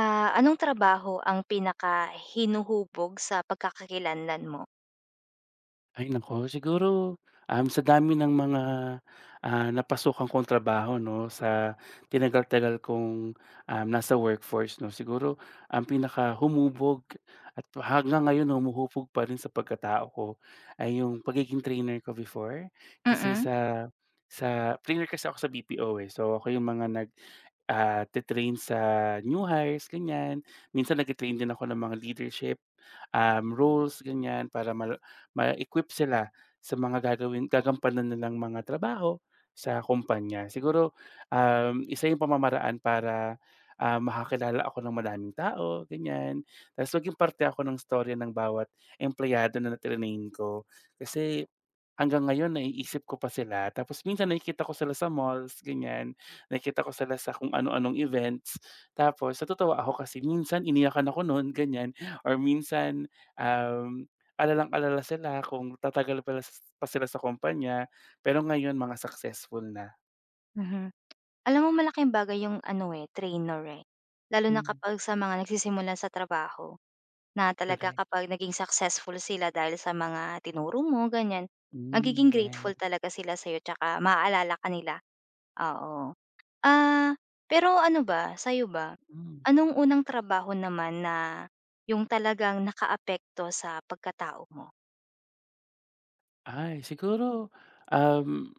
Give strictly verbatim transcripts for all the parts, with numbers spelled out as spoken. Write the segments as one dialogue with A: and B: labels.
A: Ah, anong trabaho ang pinaka hinuhubog sa pagkakakilanlan mo?
B: Ay naku, siguro, um, sa dami ng mga, ah, napasukan kong trabaho 'no, sa tinagal-tagal kong, um, nasa workforce 'no, siguro ang pinakahumubog at hanggang ngayon humuhubog pa rin sa pagkatao ko ay yung pagiging trainer ko before. Kasi
A: Mm.
B: sa sa trainer kasi ako sa B P O, eh. So, ako yung mga nag, ah, te sa new hires, ganyan. Minsan nagte-train din ako ng mga leadership um, rules ganyan para ma ma-equip sila sa mga gagawin gagampanan nilang mga trabaho sa kumpanya. Siguro, um, isa yung pamamaraan para, ah, makakilala ako ng madaming tao ganyan, ta's maging parte ako ng story ng bawat empleyado na trinain ko. Kasi hanggang ngayon naiisip ko pa sila tapos minsan nakikita ko sila sa malls, ganyan. Nakikita ko sila sa kung ano-anong events. Tapos natutuwa ako kasi minsan iniyakan ako nun, ganyan, or minsan, um, alalang-alala sila kung tatagal pala s- pa sila sa kumpanya, pero ngayon mga successful na.
A: Mhm. Alam mo malaking bagay yung ano, eh, trainer, eh. Lalo na
B: Hmm,
A: kapag sa mga nagsisimula sa trabaho na talaga
B: correct.
A: kapag naging successful sila dahil sa mga tinuro mo, ganyan,
B: Hmm,
A: magiging
B: yeah.
A: grateful talaga sila sa'yo tsaka maaalala ka nila, oo. Ah, pero ano ba, sa'yo ba,
B: Hmm.
A: anong unang trabaho naman na yung talagang nakaapekto sa pagkatao mo?
B: Ay siguro, um,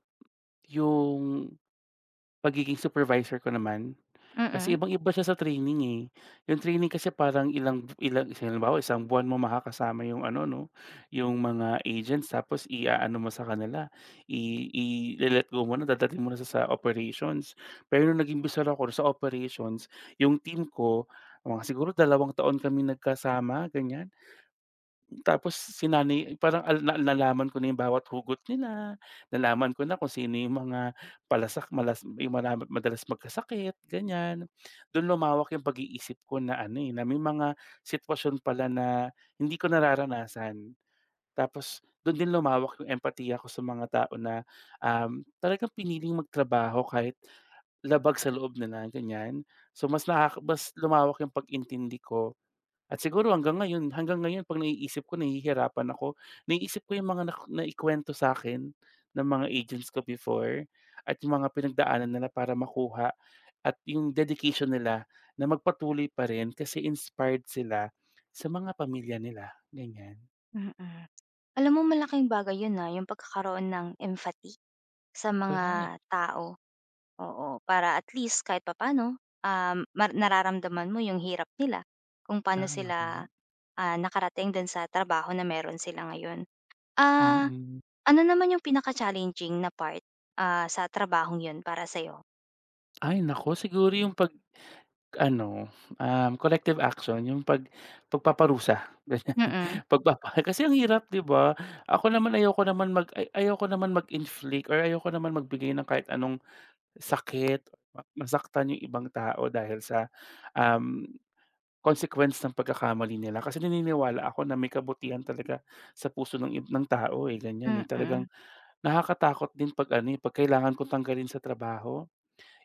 B: yung Pagiging supervisor ko naman, kasi
A: Mm.
B: ibang-iba siya sa training, eh. Yung training kasi parang ilang ilang halimbawa isang buwan mo makakasama yung ano 'no, yung mga agents tapos i-aano mo sa kanila, i ile-let go mo na, dadalhin mo na sa sa operations. Pero nung naging bisor ako sa operations, yung team ko, mga siguro dalawang taon kaming nagkasama, ganyan. Tapos si nanay parang al na nalaman ko na yung bawat hugot nila, nalaman ko na kung sino yung mga palasak malas yung mala madalas magkasakit, ganyan. Dun lumawak yung pag-iisip ko na ano, eh, na may mga sitwasyon pala na hindi ko nararanasan. Tapos dun din lumawak yung empathy ko sa mga tao na, um, talagang piniling magtrabaho kahit labag sa loob nila, ganyan. So mas nakaka mas lumawak yung pag-intindi ko at siguro hanggang ngayon hanggang ngayon 'pag naiisip ko nahihirapan ako. Naiisip ko yung mga nak naikwento sa akin ng mga agents ko before at yung mga pinagdaanan nila para makuha at yung dedication nila na magpatuloy pa rin kasi inspired sila sa mga pamilya nila, ganyan.
A: Mm. Alam mo malaking bagay yun, na yung pagkakaroon ng empathy sa
B: Correct,
A: mga tao. Oo, para at least kahit papaano, um, mar nararamdaman mo yung hirap nila, kung paano
B: tama.
A: sila, ah, nakarating din sa trabaho na meron sila ngayon. Ah,
B: Mm.
A: ano naman yung pinaka-challenging na part, ah, sa trabahong yun para sa'yo?
B: Ay naku, siguro yung 'pag ano, um, collective action yung pag pagpaparusa ganyan,
A: Mm,
B: pagpapa kasi ang hirap 'di ba? Ako naman ayoko naman mag ay ayoko naman mag-inflict or ayoko naman magbigay ng kahit anong sakit, ma masaktan yung ibang tao dahil sa, um, consequence ng pagkakamali nila kasi naniniwala ako na may kabutihan talaga sa puso ng ib ng tao, eh, ganyan, eh. Talagang
A: mm,
B: nakakatakot din 'pag ano, eh, 'pag kailangan kong tanggalin sa trabaho.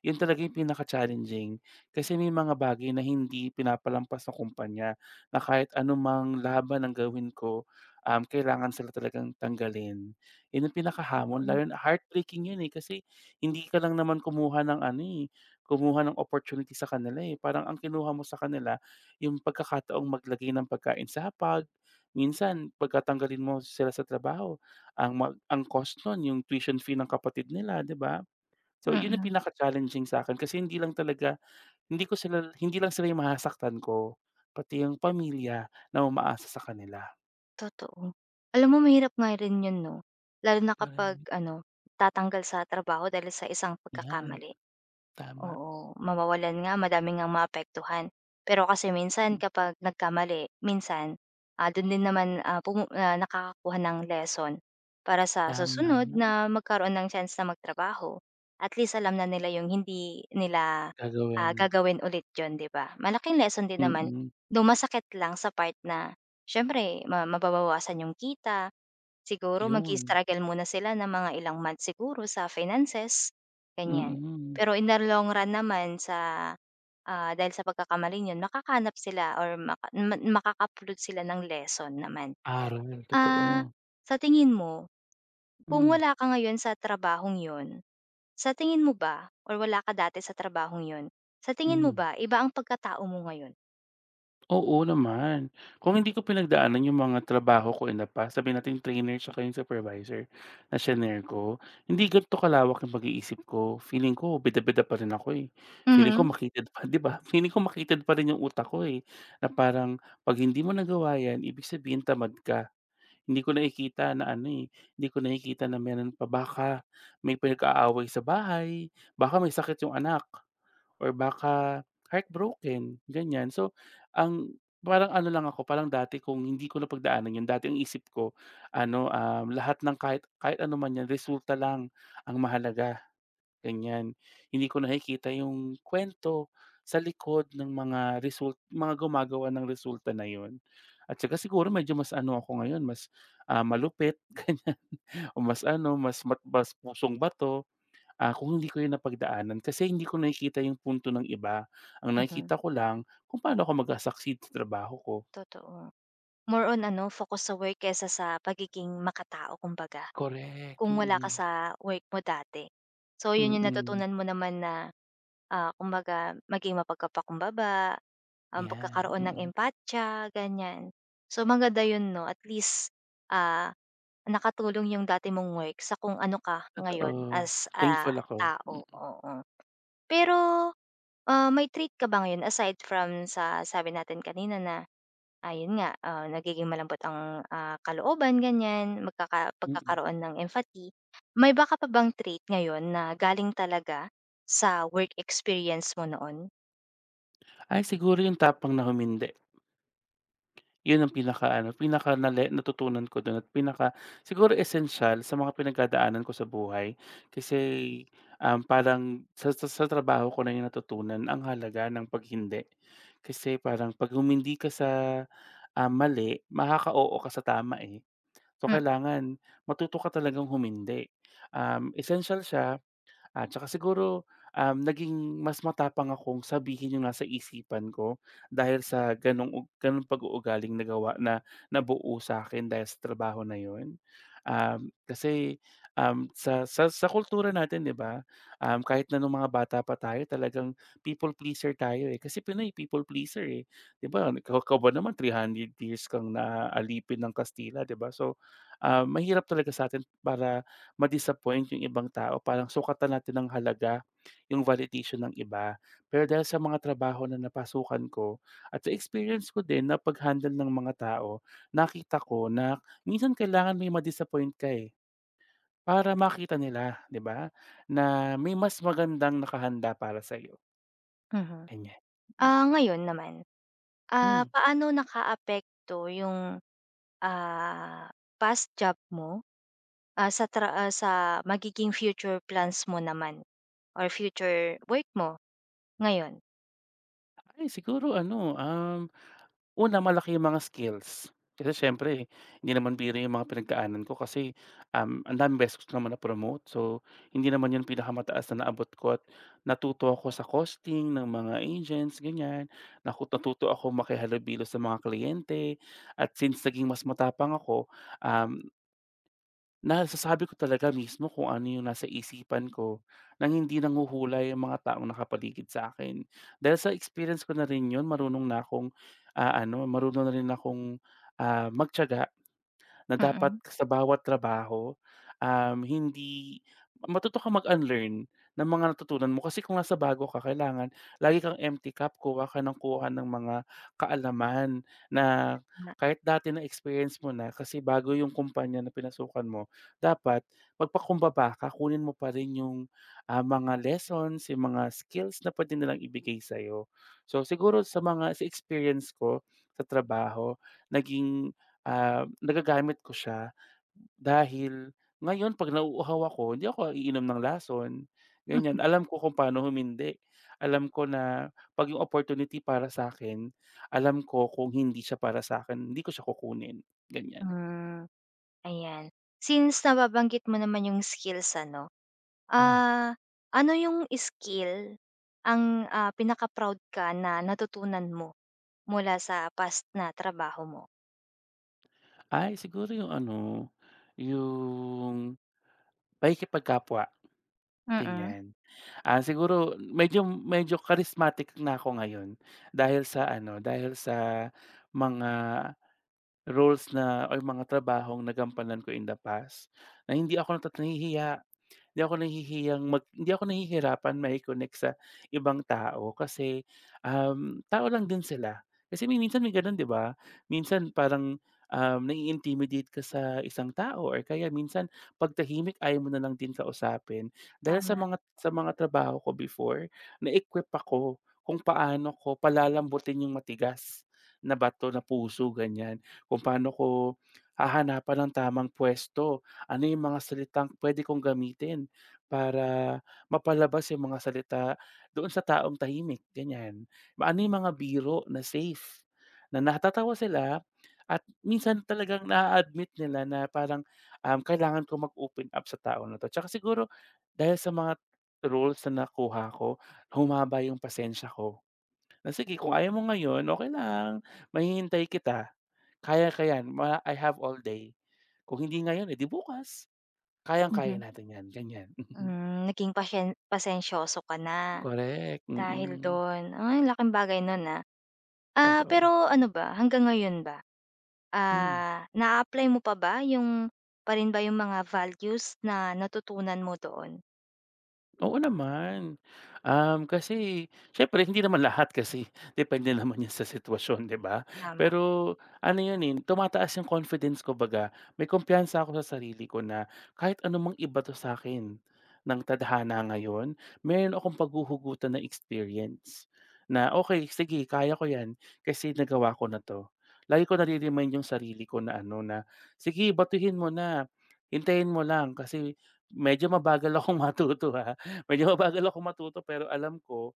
B: 'Yun talaga yung pinaka-challenging kasi may mga bagay na hindi pinapalampas ng kumpanya na kahit anumang laban ang gawin ko, um, kailangan sila talagang tanggalin. 'Yun ang pinakahamon
A: totoo,
B: lalo na heartbreaking 'yun, eh, kasi hindi ka lang naman kumuha ng ano, eh, kumuha ng opportunity sa kanila, eh. Parang ang kinuha mo sa kanila yung pagkakataong maglagay ng pagkain sa hapag. Minsan pagka mo sila sa trabaho ang mag ang cost nun yung tuition fee ng kapatid nila, 'di ba? So, yun ang
A: mm.
B: pinaka-challenging sa akin kasi hindi lang talaga hindi ko sila hindi lang sila yung mahasaktan ko, pati yung pamilya na umaasa sa kanila.
A: Totoo. Alam mo mahirap nga rin 'yun 'no, lalo na kapag
B: Galing,
A: ano, tatanggal sa trabaho dahil sa isang
B: 'yan,
A: pagkakamali.
B: tama,
A: Oo, mawawalan nga madami ngang maapektuhan. Pero kasi minsan kapag nagkamali, minsan, ah, dun din naman, ah, pumu ah, nakakakuha ng lesson para sa susunod
B: tama,
A: na magkaroon ng chance na magtrabaho. At least alam na nila yung hindi nila, ah,
B: gagawin.
A: gagawin ulit yun, 'di ba? Malaking lesson din naman,
B: Mm,
A: though masakit lang sa part na siyempre ma mababawasan yung kita. Siguro
B: yun,
A: mag-i-struggle muna sila ng mga ilang months siguro sa finances, ganyan.
B: mm.
A: Pero in the long run naman sa, ah, dahil sa pagkakamaling yun makakahanap sila or maka ma makaka sila ng lesson naman.
B: Aral, totoo.
A: Ah, sa tingin mo, kung
B: Hmm,
A: wala ka ngayon sa trabahong yun, sa tingin mo ba or wala ka dati sa trabahong yun, sa tingin mo
B: hmm.
A: ba iba ang pagkatao mo ngayon?
B: Oo naman. Kung hindi ko pinagdaanan yung mga trabaho ko in the past, sabihin natin trainer tsaka yung supervisor na senior ko, hindi ganito kalawak yung pag-iisip ko. Feeling ko bida-bida pa rin ako, eh. Feeling ko
A: Mhm,
B: makitid pa, 'di ba? Feeling ko makitid pa rin yung utak ko, eh, na parang 'pag hindi mo nagawa 'yan, ibig sabihin tamad ka. Hindi ko nakikita na ano, eh, Hindi ko nakikita na meron pa. Baka may pinag-aaway sa bahay, baka may sakit yung anak. Or baka heartbroken, ganyan. So, ang parang ano lang ako, parang dati kung hindi ko napagdaanan 'yun, dati ang isip ko ano, um, lahat ng kahit kahit ano man 'yan resulta lang ang mahalaga, ganyan. Hindi ko nakikita yung kwento sa likod ng mga result mga gumagawa ng resulta na 'yun. At saka siguro medyo mas ano ako ngayon, mas, ah, malupit ganyan o mas ano, mas mat mas pusong bato. Ah, kung hindi ko 'yun napagdaanan kasi hindi ko nakikita yung punto ng iba. Ang
A: mhm,
B: nakikita ko lang kung paano ako magsa-succeed sa trabaho ko.
A: totoo. More on ano, focus sa work kesa sa pagiging makatao kumbaga.
B: Correct,
A: Kung wala ka
B: mm.
A: sa work mo dati. So yun yung
B: Mm,
A: natutunan mo naman na, ah, kumbaga maging mapagkapakumbaba, um,
B: 'yan,
A: pagkakaroon ng
B: mm.
A: empatiya, ganyan. So maganda yun 'no at least, ah, nakatulong yung dati mong work sa kung ano ka ngayon
B: Totoo,
A: as a
B: thankful ako,
A: tao, oo. Pero, ah, may trait ka ba ngayon aside from sa sabi natin kanina na Ayun nga, ah, nagiging malambot ang, ah, kalooban ganyan, magkaka
B: mm.
A: pagkakaroon ng empathy. May baka pa bang trait ngayon na galing talaga sa work experience mo noon?
B: Ay siguro yung tapang na humindi. Yun ang pinaka ano pinaka nale natutunan ko dun at pinaka siguro essential sa mga pinagdadaanan ko sa buhay. Kasi, um, parang sa sa sa trabaho ko na yun natutunan ang halaga ng paghindi. Kasi parang 'pag humindi ka sa, ah, mali makaka-oo ka sa tama, eh. So,
A: Mm,
B: kailangan matuto ka talagang humindi. Um, esensyal siya at saka siguro, um, naging mas matapang akong sabihin yung nasa isipan ko dahil sa gano'ng u gano'ng pag-uugaling nagawa na nabuo sa'kin dahil sa trabaho na yun. Um, kasi, um, sa sa sa kultura natin 'di ba, um, kahit na nung mga bata pa tayo talagang people pleaser tayo, eh, kasi Pinoy people pleaser, eh. 'Di ba, ikaw ikaw ba naman 300 years kang naalipin ng Kastila 'di ba, so, ah, mahirap talaga sa sa'tin para ma-disappoint yung ibang tao parang sukatan natin ng halaga yung validation ng iba. Pero dahil sa mga trabaho na napasukan ko at sa experience ko din na pag-handle ng mga tao, nakita ko na minsan kailangan may ma-disappoint ka eh, para makita nila, 'di ba, na may mas magandang nakahanda para sa'yo,
A: mhm.
B: ganyan. Hmm.
A: Ah, ngayon naman, ah,
B: Hmm.
A: paano nakaapekto yung, ah, past job mo, ah, sa tra ah, sa magiging future plans mo naman or future work mo ngayon?
B: ay siguro ano, um Una, malaki yung mga skills. Kasi siyempre hindi naman biro yung mga pinagdaanan ko kasi, um, ang daming beses ko naman na-promote. So, hindi naman yun pinakamataas na naabot ko at natuto ako sa costing ng mga agents, ganyan. Naku natuto ako makihalubilo sa mga kliyente at since naging mas matapang ako. Um Nasasabi ko talaga mismo kung ano yung nasa isipan ko nang hindi nanguhulay ang mga taong nakapaligid sa akin. Dahil sa experience ko na rin yun marunong na akong, ah, ano marunong na rin akong, ah, magtiyaga na dapat
A: Mm,
B: sa bawat trabaho, um, hindi matuto ka mag-unlearn ng mga natutunan mo kasi kung nasa bago ka kailangan lagi kang empty cup, kuha ka ng kuha ng mga kaalaman na
A: nga.
B: kahit dati na-experience mo na kasi bago yung kumpanya na pinasukan mo, dapat magpakumbaba ka, kunin mo pa rin yung, ah, mga lessons, yung mga skills na puwede nilang ibigay sa'yo. So, siguro sa mga sa experience ko sa trabaho, naging Ah, nagagamit ko siya dahil ngayon 'pag nauuhaw ako hindi ako iinom ng lason,
A: Hmm.
B: ganyan. Alam ko kung paano humindi. Alam ko na 'pag yung opportunity para sa'kin, alam ko kung hindi siya para sa'kin hindi ko siya kukunin, ganyan.
A: Ayan. Since nababanggit mo naman yung skills ano,
B: ah
A: ah, ano yung skill ang, ah, pinaka-proud ka na natutunan mo mula sa past na trabaho mo?
B: Ay siguro yung ano, yung pakikipagkapwa,
A: Mm,
B: ganyan. Ah, siguro medyo medyo charismatic na ako ngayon dahil sa ano, dahil sa mga roles na o yung mga trabahong nagampanan ko in the past, na hindi ako nata't nahihiya hindi ako nahihiyang mag hindi ako nahihirapan mai-connect sa ibang tao kasi, um, tao lang din sila. Kasi may minsan may gano'n 'di ba? Minsan parang, um, nai-intimidate ka sa isang tao or kaya minsan 'pag tahimik ayaw mo na lang din kausapin. Dahil sa
A: tama.
B: mga sa mga trabaho ko before, na-equip ako kung paano ko palalambutin yung matigas na bato, na puso, ganyan. Kung paano ko hahanapan ng tamang puwesto, ano yung mga salitang puwede kong gamitin para mapalabas yung mga salita doon sa taong tahimik, ganyan. Ma ano yung mga biro na safe, na natatawa sila at minsan talagang na admit nila na parang, um, kailangan ko mag-open up sa tao na 'to. Tsaka siguro dahil sa mga rules na nakuha ko, humaba yung pasensya ko. Na sige kung ayaw mo ngayon, okay lang, mahihintay kita, kaya ko 'yan, ma I have all day. Kung hindi ngayon, eh, di bukas, kayang-kaya
A: Mhm.
B: natin 'yan, ganyan.
A: Hmm, naging pasyen pasensyoso ka na
B: Korek,
A: dahil
B: mm,
A: do'n. Ay, ang laking bagay no'n, ah. Ah,
B: totoo.
A: pero ano ba, hanggang ngayon ba,
B: Hmm.
A: ah, naa-apply mo pa ba yung pa rin ba yung mga values na natutunan mo doon?
B: Oo naman. Um, kasi syempre hindi naman lahat kasi depende naman 'yan sa sitwasyon, 'di ba?
A: Tama,
B: Pero ano 'yun, eh, tumataas 'yung confidence ko baga. May kumpiyansa ako sa sarili ko na kahit anumang iba 'to sa akin, ng tadhana ngayon, meron akong paghuhugutan na experience na, okay, sige kaya ko 'yan kasi nagawa ko na 'to." Lagi ko nare-remind 'yung sarili ko na ano na, "Sige batuhin mo na, hintayin mo lang kasi medyo mabagal akong matuto, ha." Medyo mabagal ako matuto pero alam ko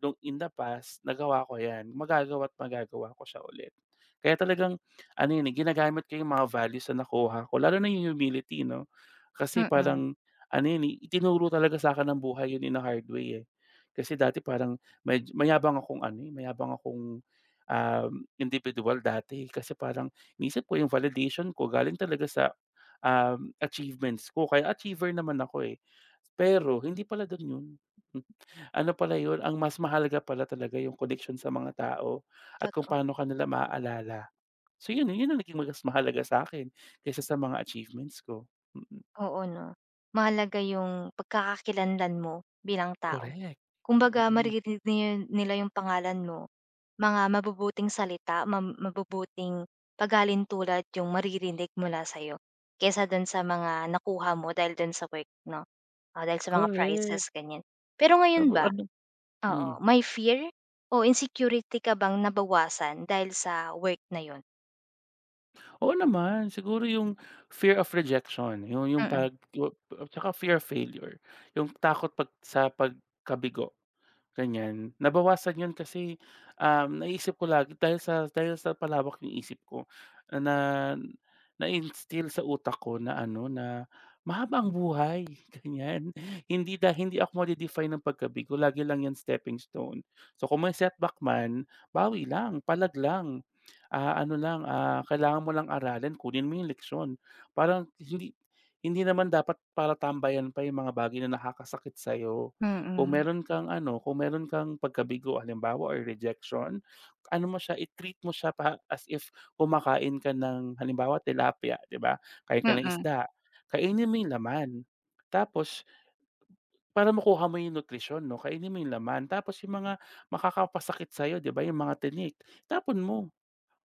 B: nung in the past nagawa ko 'yan, magagawa't magagawa ko siya ulit. Kaya talagang ano 'yun, eh, ginagamit ko yung mga values na nakuha ko lalo na yung humility 'no, kasi
A: mm,
B: parang ano 'yun, eh, itinuro talaga sa akin ng buhay 'yun in a hard way, eh. Kasi dati parang may mayabang akong ano, eh, mayabang akong, um, individual dati kasi parang iniisip ko yung validation ko galing talaga sa, um, achievements ko kaya achiever naman ako, eh. Pero hindi pala dun yun. Ano pala yun, ang mas mahalaga pala talaga yung connection sa mga tao at kung
A: toto
B: paano ka nila maaalala. So yun, yun ang naging mas mahalaga sa akin kaysa sa mga achievements ko. Mm,
A: Oo 'no, mahalaga yung pagkakakilanlan mo bilang tao.
B: correct.
A: Kumbaga
B: Mm,
A: maririnig ni nila yung pangalan mo, mga mabubuting salita, mam mabubuting paghalin tulad yung maririnig mula sa'yo, kesa dun sa mga nakuha mo dahil dun sa work 'no, o dahil sa mga prizes
B: correct.
A: ganyan. Pero ngayon
B: Aba
A: ba
B: ano mm.
A: oo, may fear o insecurity ka bang nabawasan dahil sa work na yun?
B: Oo naman, siguro yung fear of rejection, yung yung
A: Mm.
B: pag yu tsaka fear of failure, yung takot pag sa pagkabigo. Ganyan. Nabawasan 'yun kasi, um, naisip ko lagi dahil sa dahil sa palawak ng isip ko na na-instill sa utak ko na ano, na mahaba ang buhay, ganyan. Hindi da hindi ako made-define ng pagkabigo, lagi lang 'yan stepping stone. So kung may setback man, bawi lang, palag lang. Ah, ano lang, ah, kailangan mo lang aralin, kunin mo yung leksiyon. Parang hindi Hindi naman dapat para tambayan pa yung mga bagay na nakakasakit sa'yo. Kung
A: Mm,
B: meron kang ano, kung meron kang pagkabigo halimbawa or rejection, ano mo siya, i-treat mo siya pa as if kumakain ka ng halimbawa tilapia, 'di ba? Kain ka ng
A: mm,
B: isda, kainin mo yung laman. Tapos para makuha mo yung nutrisyon 'no, kainin mo yung laman. Tapos yung mga makakapasakit sa'yo, 'di ba, yung mga tinik, tapon mo.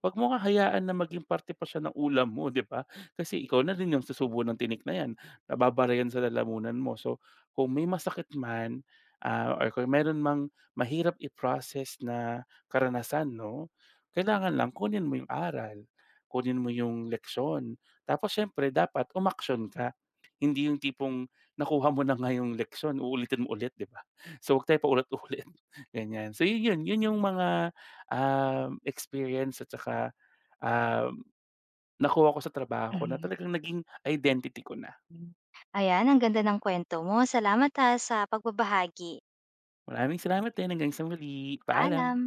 B: Wag mo hahayaan na maging parte pa siya ng ulam mo, 'di ba? Kasi ikaw na rin yung susubo ng tinik na 'yan, nababara 'yan sa lalamunan mo. So, kung may masakit man, ah, or kung meron mang mahirap i-process na karanasan 'no, kailangan lang kunin mo yung aral, kunin mo yung leksyon. Tapos siyempre dapat umaksiyon ka, hindi yung tipong nakuha mo na nga yung leksyon, uulitin mo ulit, 'di ba? So, wag tayo paulit-ulit, ganyan. So, yun yun, yun yung mga um, experience at saka, um, nakuha ko sa trabaho ko na
A: mhm.
B: talagang naging identity ko na.
A: Hmm. Ayan, ang ganda ng kwento mo. Salamat ha, sa pagbabahagi.
B: Maraming salamat din, hanggang sa muli, paalam.
A: Paalam.